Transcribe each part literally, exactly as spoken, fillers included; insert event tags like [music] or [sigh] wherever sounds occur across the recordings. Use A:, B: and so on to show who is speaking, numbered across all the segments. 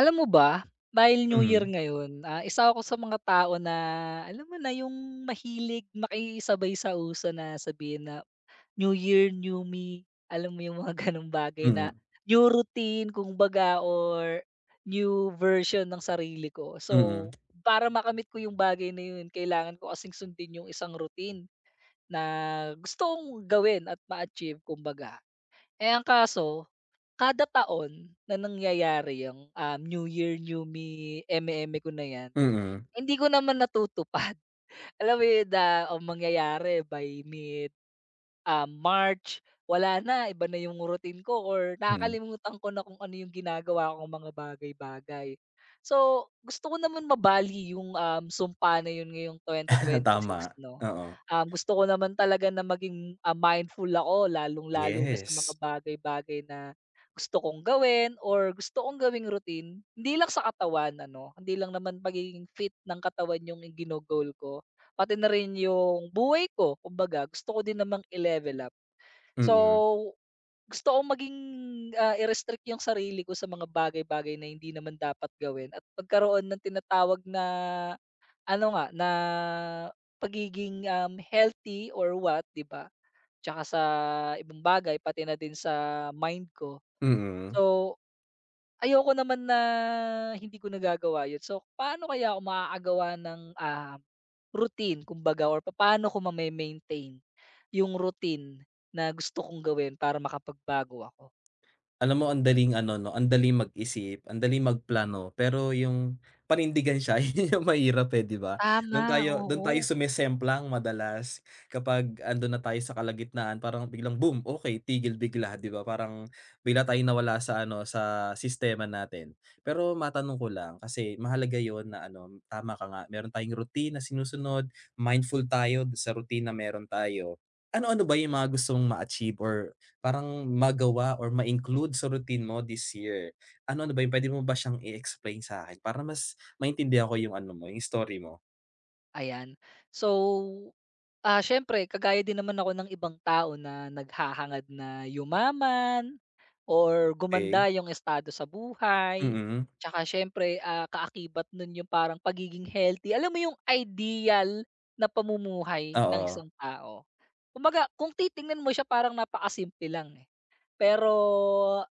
A: Alam mo ba, dahil New Year
B: Mm,
A: ngayon, ah, isa ako sa mga tao na alam mo na yung mahilig makisabay sa uso na sabihin na, "New Year, new me." Alam mo yung mga [laughs] gano'ng bagay na
B: mm,
A: new routine kung baga or new version ng sarili ko. So,
B: mm,
A: para makamit ko yung bagay na yun kailangan ko kasing sundin yung isang routine na gusto kong gawin at ma-achieve kumbaga. Eh, ang kaso, kada taon na nangyayari yung, um, New Year, New Me, eme-eme ko na yan,
B: mm,
A: hindi ko naman natutupad. [laughs] Alam mo yun na ang mangyayari by mid ah, March, wala na iba na yung routine ko or
B: mm.
A: nakakalimutan ko na kung ano yung ginagawa kong mga bagay-bagay. So, gusto ko naman mabali yung, um, sumpa na yun ngayong
B: [laughs] Tama,
A: twenty twenty-six 'no.
B: oo.
A: Um, gusto ko naman talaga na maging, ah, mindful ako lalong-lalo na sa mga
B: Yes.
A: bagay-bagay na gusto kong gawin or gusto kong gawing routine. Hindi lang sa katawan ano, hindi lang naman pagiging fit ng katawan yung i ko. Pati na rin yung buhay ko kumbaga gusto ko din namang i-level up.
B: Mm,
A: So, gusto ko maging, ah, i-restrict yung sarili ko sa mga bagay-bagay na hindi naman dapat gawin at pagkaroon ng tinatawag na ano nga, na pagiging, um, healthy or what, 'di ba? Tsaka sa ibang bagay pati na din sa mind ko.
B: mm.
A: So, ayoko naman na hindi ko nagagawa yun. So, paano kaya ako makakagawa ng, ah, routine kumbaga or paano ko ma maintain yung routine na gusto kong gawin para makapagbago ako.
B: Alam mo ang daling ano 'no, ang daling mag-isip, ang daling magplano, pero yung panindigan siya [laughs] yun yung mahirap, eh, 'di ba? Dun
A: Tama,
B: tayo dun tayo
A: oo,
B: sumisemplang madalas kapag andun na tayo sa kalagitnaan parang biglang boom, okay tigil bigla 'di ba? Parang bigla tayong nawala sa ano, sa sistema natin. Pero matanong ko lang kasi mahalaga yon na ano, tama ka nga meron tayong routine na sinusunod, mindful tayo sa routine na meron tayo. Ano-ano ba yung mga gusto mong ma-achieve or parang magawa or ma-include sa routine mo this year. Ano ano ba yun, puwede mo ba siyang i-explain sa akin para mas maintindihan ko yung ano mo, yung story mo?
A: ayan. So, ah, siyempre kagaya din naman ako ng ibang tao na naghahangad na yumaman or
B: Okey,
A: gumanda yung estado sa buhay.
B: mm.
A: Tsaka siyempre, ah, kaakibat nun yung parang pagiging healthy. Alam mo yung ideal na pamumuhay ng
B: Oo.
A: isang tao? Kumbaga kung titingnan mo siya parang napakasimple lang, eh. Pero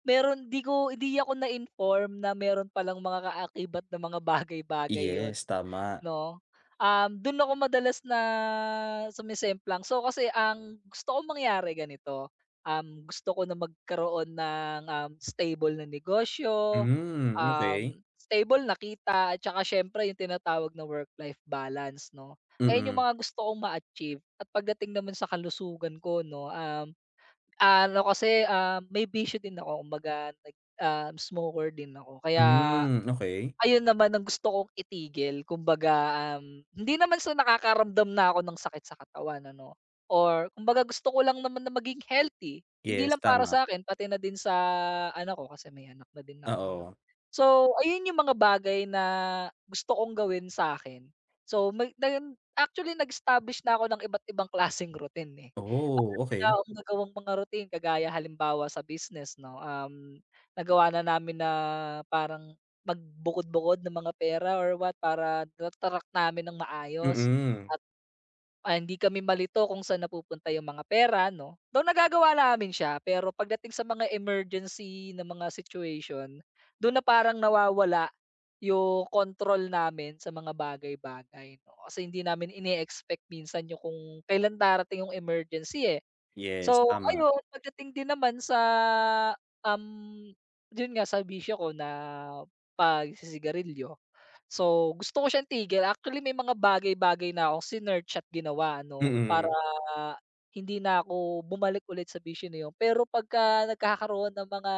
A: meron 'di ko hindi ako na-inform na meron palang mga kaakibat na mga bagay-bagay yon.
B: Yes, tama.
A: 'No? Um, dun ako madalas na sumisemplang. So, kasi ang gusto kong mangyari ganito, um, gusto ko na magkaroon ng, um, stable na negosyo,
B: Hmm,
A: um,
B: okey.
A: stable na kita at saka siyempre yung tinatawag na work-life balance 'no. Ayan yung
B: Mm.
A: mga gusto kong ma-achieve at pagdating naman sa kalusugan ko 'no, um, ano kasi, um may bisyo din ako kumbaga nag, um, smoker din ako kaya.
B: Hmm, okey.
A: Ayun naman ang gusto kong itigil kumbaga, um, hindi naman sa nakakaramdam na ako ng sakit sa katawan ano, or kumbaga gusto ko lang naman na maging healthy, hindi
B: Yes,
A: lang para
B: tama.
A: sa akin pati na din sa anak ko kasi may anak na din ako ano.
B: Oo.
A: So ayun yung mga bagay na gusto kong gawin sa akin. So may nag actually nag-establish na ako ng iba't ibang klaseng routine eh.
B: Oh,
A: Marami na
B: okey.
A: akong nagawang mga routine kagaya halimbawa sa business 'no, um, nagawa na namin na parang magbukod-bukod ng mga pera or what para na-track namin ng maayos
B: Mm.
A: at, ah, hindi kami malito kung saan napupunta yung mga pera 'no. Though nagagawa namin siya, pero pagdating sa mga emergency na mga situation, dun na parang nawawala yung kontrol namin sa mga bagay-bagay 'no. Kasi hindi namin ine-expect minsan yung kung kailan darating yung emergency, eh.
B: Yes,
A: So,
B: tama.
A: ayun pagdating din naman sa, um, yun nga sa bisyo ko na pagsisigarilyo. So, gusto ko siyang tigil. Actually, may mga bagay-bagay na akong sinearch at ginawa ano, para
B: Mm.
A: hindi na ako bumalik ulit sa bisyo na 'yon. Pero pagka nagkakaroon ng mga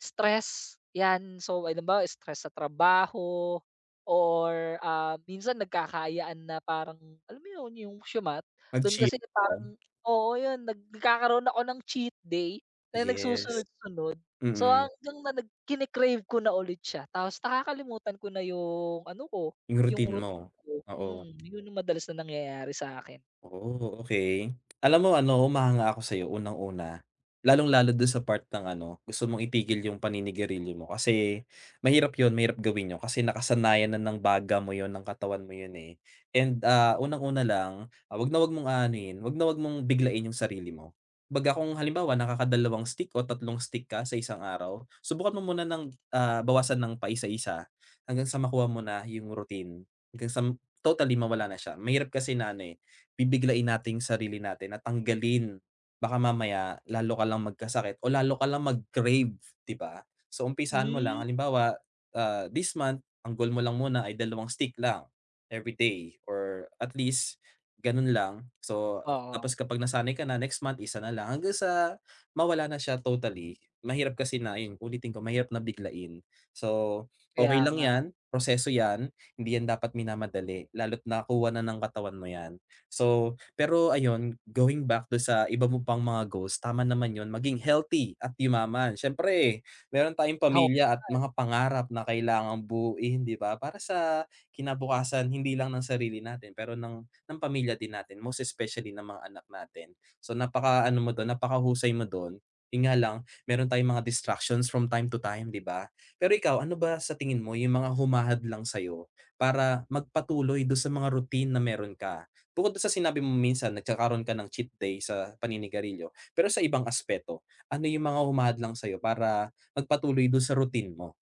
A: stress, 'yan. So, alam ba stress sa trabaho or, ah, minsan nagkakaayaan na parang alam mo 'yon, yung siumat. Do'n
B: Mag-chill,
A: kasi
B: oo.
A: parang oo, yun nag nagkakaroon ako ng cheat day na
B: Yes.
A: nagsusunod-sunod. So,
B: Mm.
A: hanggang na nag kine-crave ko na ulit siya tapos nakakalimutan ko na yung ano ko,
B: Yung
A: yung
B: routine mo,
A: routine ko.
B: oo.
A: Mm, yun yung madalas na nangyayari sa'kin.
B: Oh, okay. Alam mo ano, humahanga ako sa'yo unang-una, lalong-lalo dun sa part ng ano, gusto mong itigil yung paninigarilyo mo kasi mahirap yun, mahirap gawin yun kasi nakasanayan na ng baga mo yun, ng katawan mo yun, eh. And, ah, unang-una lang, ah, wag na wag mong aanuhin, wag na wag mong biglain yung sarili mo. Kumbaga kung halimbawa nakakadalawang stick o tatlong stick ka sa isang araw, subukan mo muna ng, ah, bawasan ng paisa-isa hanggang sa makuha mo na yung routine, hanggang sa totally mawala na siya. Mahirap kasi na ano, eh, bibiglain natin yung sarili natin na tanggalin. Baka mamaya lalo ka lang magkasakit o lalo ka lang mag-crave, 'di ba? So, umpisahan mo lang
A: Hmm.
B: halimbawa, ah, this month ang goal mo lang muna ay dalawang stick lang every day or at least ganun lang. So,
A: Oo,
B: tapos kapag nasanay ka na next month isa na lang hanggang sa mawala na siya totally. Mahirap kasi na yun ulitin ko mahirap na biglain. So,
A: kaya
B: okay lang
A: nga.
B: 'yan, proseso 'yan, hindi 'yan dapat minamadali lalo't nakuha na ng katawan mo 'yan. So, pero ayun, going back do'n sa iba mo pang mga goals, tama naman 'yun, maging healthy at yumaman. Siyempre meron tayong
A: Ako
B: pamilya at mga pangarap na kailangang buuin, 'di ba? Para sa kinabukasan hindi lang ng sarili natin pero ng ng pamilya din natin, most especially ng mga anak natin. So, napaka ano mo do'n, napakahusay mo do'n. 'Yun nga lang, meron tayong mga distractions from time to time, 'di ba? Pero ikaw, ano ba sa tingin mo yung mga humahadlang sa'yo para magpatuloy do sa mga routine na meron ka? Bukod dun sa sinabi mo minsan nagkakaroon ka ng cheat day sa paninigarilyo, pero sa ibang aspeto, ano yung mga humadlang sa'yo para magpatuloy dun sa routine mo?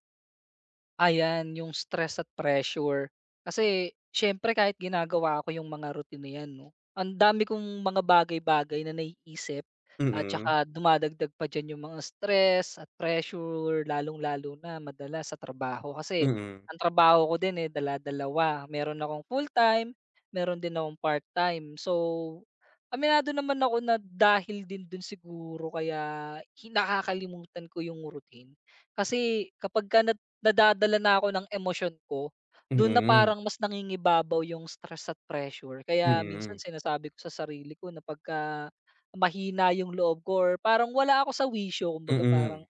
A: Ayan, yung stress at pressure. Kasi siyempre kahit ginagawa ko yung mga routine na 'yan 'no, ang dami kong mga bagay-bagay na naiisip at
B: Mm,
A: saka dumadagdag pa diyan yung mga stress at pressure lalong-lalo na madalas sa trabaho. Kasi
B: mm,
A: ang trabaho ko din, eh, dala-dalawa, meron akong full-time, meron din akong part-time. So, aminado naman ako na dahil din dun siguro kaya hi nakakalimutan ko yung routine. Kasi kapag kapagka nadadala na ako ng emosyon ko, dun na
B: mm,
A: parang mas nangingibabaw yung stress at pressure. Kaya minsan
B: mm,
A: sinasabi ko sa sarili ko na pagka mahina yung loob ko or parang wala ako sa wisyo
B: mm,
A: kumbaga parang
B: mm,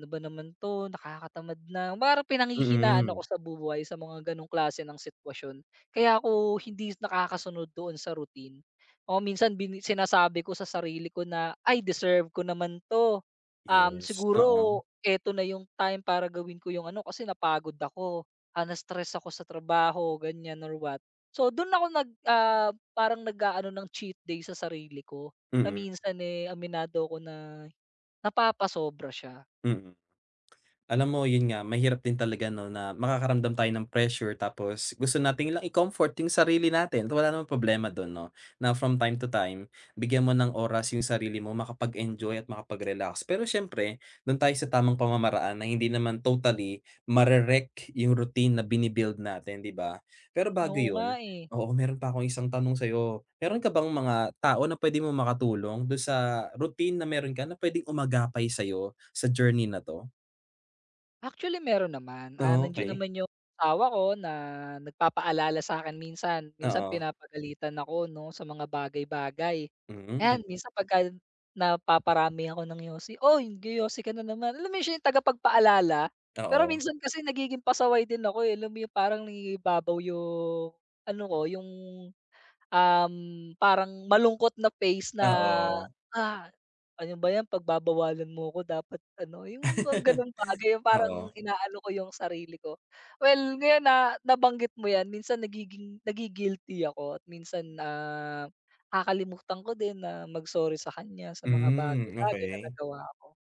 A: ano ba naman 'to, nakakatamad na. Parang pinanghihinaan
B: mm.
A: ako sa buhay sa mga gano'ng klase ng sitwasyon. Kaya ako hindi nakakasunod doon sa routine. O minsan bini sinasabi ko sa sarili ko na, "Ay deserve ko naman 'to. Um,
B: Yes, oo,
A: siguro eto na yung time para gawin ko yung ano kasi napagod ako, ah, na-stress ako sa trabaho," ganyan or what. So do'n ako nag, ah, parang nag-aano ng cheat day sa sarili ko na
B: mm,
A: minsan, eh, aminado ko na napapasobra siya.
B: mm. Alam mo, yun nga, mahirap din talaga 'no, na makakaramdam tayo ng pressure tapos gusto natin lang i-comfort yung sarili natin at wala namang problema dun 'no, na from time to time, bigyan mo ng oras yung sarili mo makapag-enjoy at makapag-relax. Pero siyempre, dun tayo sa tamang pamamaraan na hindi naman totally mare-wreck yung routine na bini-build natin, 'di ba? Pero bago
A: Oo nga,
B: yun,
A: eh.
B: oo, meron pa akong isang tanong sa'yo. Meron ka bang mga tao na pwede mo makatulong dun sa routine na meron ka na puwedeng umagapay sa'yo sa journey na 'to?
A: Actually meron naman, ah,
B: Ah,
A: nandiyan
B: okey.
A: naman yung asawa ko na nagpapaalala sa'kin minsan. Minsan
B: Oo,
A: pinapagalitan ako 'no, sa mga bagay-bagay.
B: hmm,
A: Ayan, minsan pagka napaparami ako ng yosi, "Uy, yosi ka na naman." Alam mo yun, siya yung tagapagpaalala, pero
B: oo,
A: minsan kasi nagiging pasaway din ako, eh. Alam mo yung parang nangingibabaw yung ano ko, yung Um, parang malungkot na face na,
B: oo.
A: ah, ano ba 'yan pagbabawalan mo ko dapat ano, yung mga gano'ng bagay
B: [laughs]
A: yung parang
B: Oo,
A: inaano ko yung sarili ko. Well, ngayon na nabanggit mo 'yan minsan nagiging nagi-guilty ako at minsan, ah, nakakalimutan ko din na mag-sorry sa kanya sa mga
B: hmm,
A: bagay-bagay na
B: okey.
A: nagawa ko.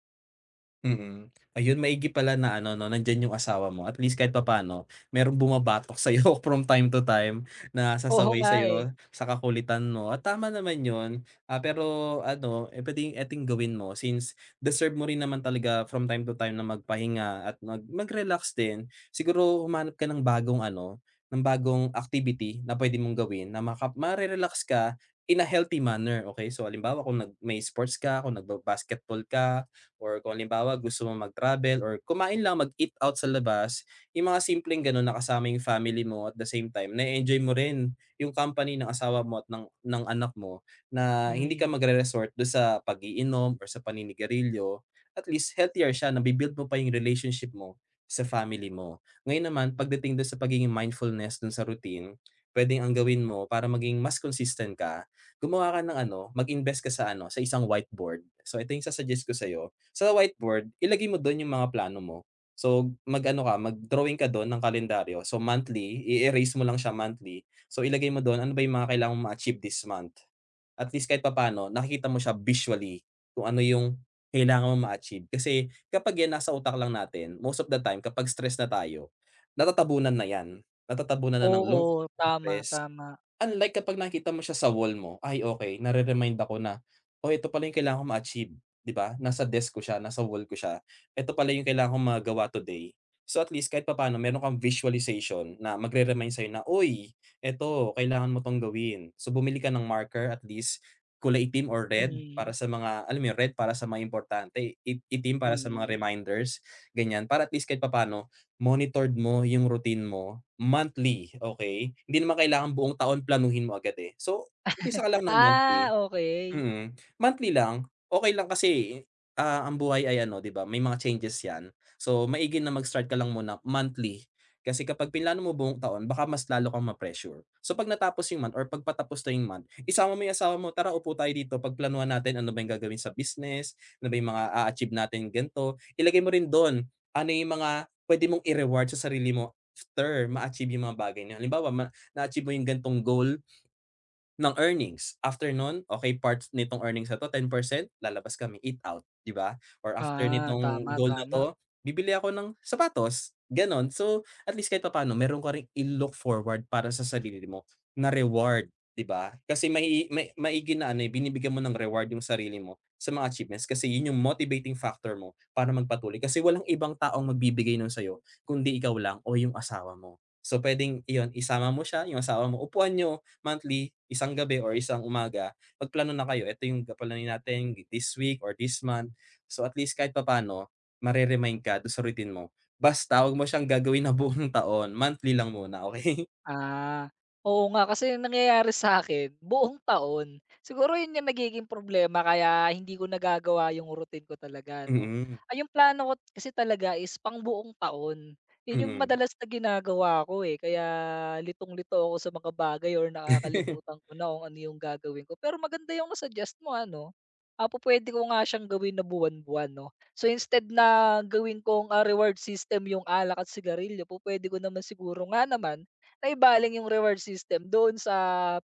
B: Mm. Ayun, maigi pala na ano 'no, nandiyan yung asawa mo at least kahit papaano merong bumabatok sa'yo [laughs] from time to time na
A: Oo
B: sasaway
A: nga, eh.
B: sa'yo sa kakulitan mo at tama naman yun. Ah, pero ano, eh, puwedeng eting gawin mo since deserve mo rin naman talaga from time to time na magpahinga at mag mag-relax din. Siguro humanap ka ng bagong ano, ng bagong activity na puwede mong gawin na maka mare-relax ka in a healthy manner, okay. So alimbawa kung nag may sports ka, kung nagba-basketball ka or kung halimbawa gusto mo mag-travel or kumain lang, mag-eat out sa labas, yung mga simpleng gano'n na kasama yung family mo at the same time, na enjoy mo rin yung company ng asawa mo at ng ng anak mo na hindi ka
A: Hmm,
B: magre-resort do sa pag-iinom or sa paninigarilyo. At least healthier siya, nabi-build mo pa yung relationship mo sa family mo. Ngayon naman pagdating do'n sa pagiging mindfulness do'n sa routine, puwedeng ang gawin mo para maging mas consistent ka, gumawa ka ng ano, mag-invest ka sa ano, sa isang whiteboard. So ito yung i suggest ko sa'yo, sa whiteboard, ilagay mo dun yung mga plano mo. So, mag-ano ka, mag-drawing ka dun ng kalendaryo. So, monthly, i-erase mo lang siya monthly. So, ilagay mo dun, ano ba yung mga kailangan mong ma-achieve this month? At least kahit papaano, nakikita mo siya visually kung ano yung kailangan mong ma-achieve. Kasi kapag yan nasa utak lang natin, most of the time, kapag stress na tayo, natatabunan na yan. Natatabunan na ng lungkot,
A: oo, tama,
B: stress.
A: tama.
B: Unlike kapag nakita mo siya sa wall mo, ay okay, nare-remind ako na, "Oh, ito pala yung kailangan kong ma-achieve," 'di ba? Nasa desk ko siya, nasa wall ko siya. Ito pala yung kailangan kong magawa today. So, at least kahit papaano meron kang visualization na magre-remind sa'yo na, "Uy, eto kailangan mo 'tong gawin." So, bumili ka ng marker at least kulay itim or red para
A: Mm,
B: sa mga alam mo yun, red para sa mga importante, i itim para sa mga
A: mm.
B: reminders, ganyan. Para at least kahit papaano monitored mo yung routine mo monthly, okay. Hindi naman kailangan buong taon planuhin mo agad, eh. So, umpisa ka lang ng monthly.
A: Ah, okay.
B: Mm, monthly lang, okey lang kasi, ah, ang buhay ay ano 'di ba may mga changes 'yan. So, maigi na mag-start ka lang muna monthly, kasi kapag plinano mo buong taon baka mas lalo kang ma-pressure. So, 'pag natapos yung month or 'pag patapos na yung month, isama mo yung asawa mo, "Tara upo tayo dito pagplanuhan natin ano ba yung gagawin sa business, ano ba yung mga a-achieve natin ganito." Ilagay mo rin dun, ano yung mga puwede mong i-reward sa sarili mo after ma-achieve yung mga bagay na yun. Halimbawa ma na-achieve mo yung ganitong goal, ng earnings. After nun, okay parts nitong earnings na 'to ten percent lalabas kami eat out, 'di ba? Or after
A: Ah,
B: nitong
A: tama,
B: goal na
A: tama.
B: 'to, bibili ako ng sapatos, gano'n. So, at least kahit papaano meron ka ring i-look forward para sa sarili mo na reward, 'di ba? Kasi may may maigi na ano, eh, binibigyan mo ng reward yung sarili mo sa mga achievements kasi yun yung motivating factor mo para magpatuloy kasi walang ibang taong magbibigay nun sa'yo kundi ikaw lang o yung asawa mo. So, puwedeng iyon, isama mo siya, yung asawa mo, upuan niyo, monthly, isang gabi or isang umaga, magplano na kayo, ito yung papalanuin natin this week or this month." So, at least kahit papaano mare-remind ka do'n sa routine mo. Basta huwag mo siyang gagawin na buong [laughs] taon, monthly lang muna, okey?
A: Ah, oo nga kasi yung nangyayari sa akin buong taon. Siguro yun yung nagiging problema kaya hindi ko nagagawa yung routine ko talaga
B: [laughs]
A: 'no.
B: Mm,
A: Ay yung plano ko kasi talaga is pang buong taon. Yun yung
B: mm.
A: madalas na ginagawa ko, eh, kaya litong-lito ako sa mga bagay or nakakalimutan
B: [laughs]
A: ko na kung ano yung gagawin ko. Pero maganda yung na mo ano. Apo pwede ko nga siyang gawin na buwan-buwan 'no. So instead na gawin kong, ah, reward system yung alak at sigarilyo, po pwede ko naman siguro nga naman naibaling yung reward system doon sa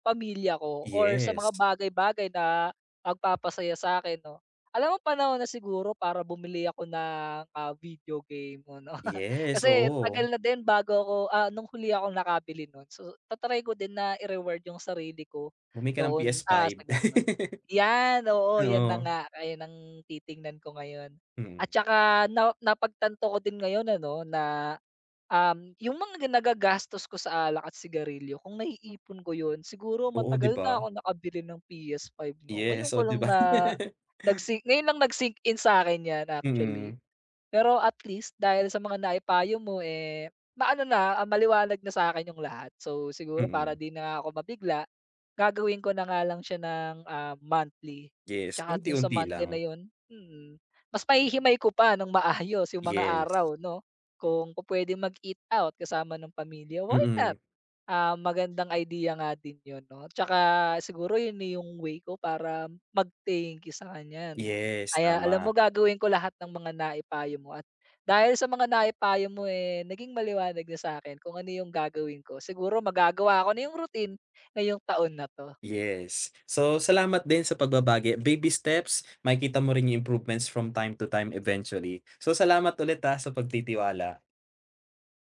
A: pamilya ko or sa mga
B: Yes.
A: bagay-bagay na magpapasaya sa'kin 'no. Alam mo panahon na siguro para bumili ako ng, ah, video game 'no. [laughs]
B: Yes,
A: Kasi
B: oo.
A: tagal na din bago ako, ah, nung huli akong nakabili nun. So, ta ko din na i-reward yung sarili ko
B: Bumili ka ng
A: noon, ah,
B: P S five.
A: sa
B: [laughs]
A: gano'n. 'Yan, oo, 'yan na
B: Oo,
A: nga, ayan ang titingnan ko ngayon.
B: mm.
A: At saka na napagtanto ko din ngayon ano na Um, yung mga ga nagagastos ko sa alak at sigarilyo kung naiipon ko yun siguro
B: Oo, 'di
A: matagal
B: ba?
A: na akong nakabili ng P S five no. Ngayon
B: Yes, oh,
A: ko
B: 'di
A: lang
B: ba?
A: na
B: [laughs]
A: nag-sink ngayon lang nag-sink in sa akin yan actually.
B: Mm,
A: Pero at least dahil sa mga naipayo mo, eh, maano na, ah, maliwanag na sa akin yung lahat. So, siguro para
B: mm.
A: 'di na ako mabigla, gagawin ko na nga lang siya ng, ah, monthly.
B: Yes,
A: Tsaka dun sa
B: unti-unti
A: monthly
B: lang.
A: na yun mm, mas mahihimay ko pa ng maayos yung mga
B: Yes.
A: araw 'no, kung pupuwedeng mag-eat out kasama ng pamilya, why not?
B: Mm.
A: Ah, magandang idea nga din 'yun 'no, tsaka siguro 'yun na yung way ko para mag-thank you sa kanya 'no.
B: Yes,
A: Kaya alam
B: tama.
A: mo gagawin ko lahat ng mga naipayo mo at dahil sa mga naipayo mo, eh, naging maliwanag na sa akin kung ano yung gagawin ko. Siguro magagawa ko na yung routine ngayong taon na 'to.
B: Yes. So, salamat din sa pagbabagi. Baby steps, makikita mo rin yung improvements from time to time eventually. So, salamat ulit, ah, sa pagtitiwala.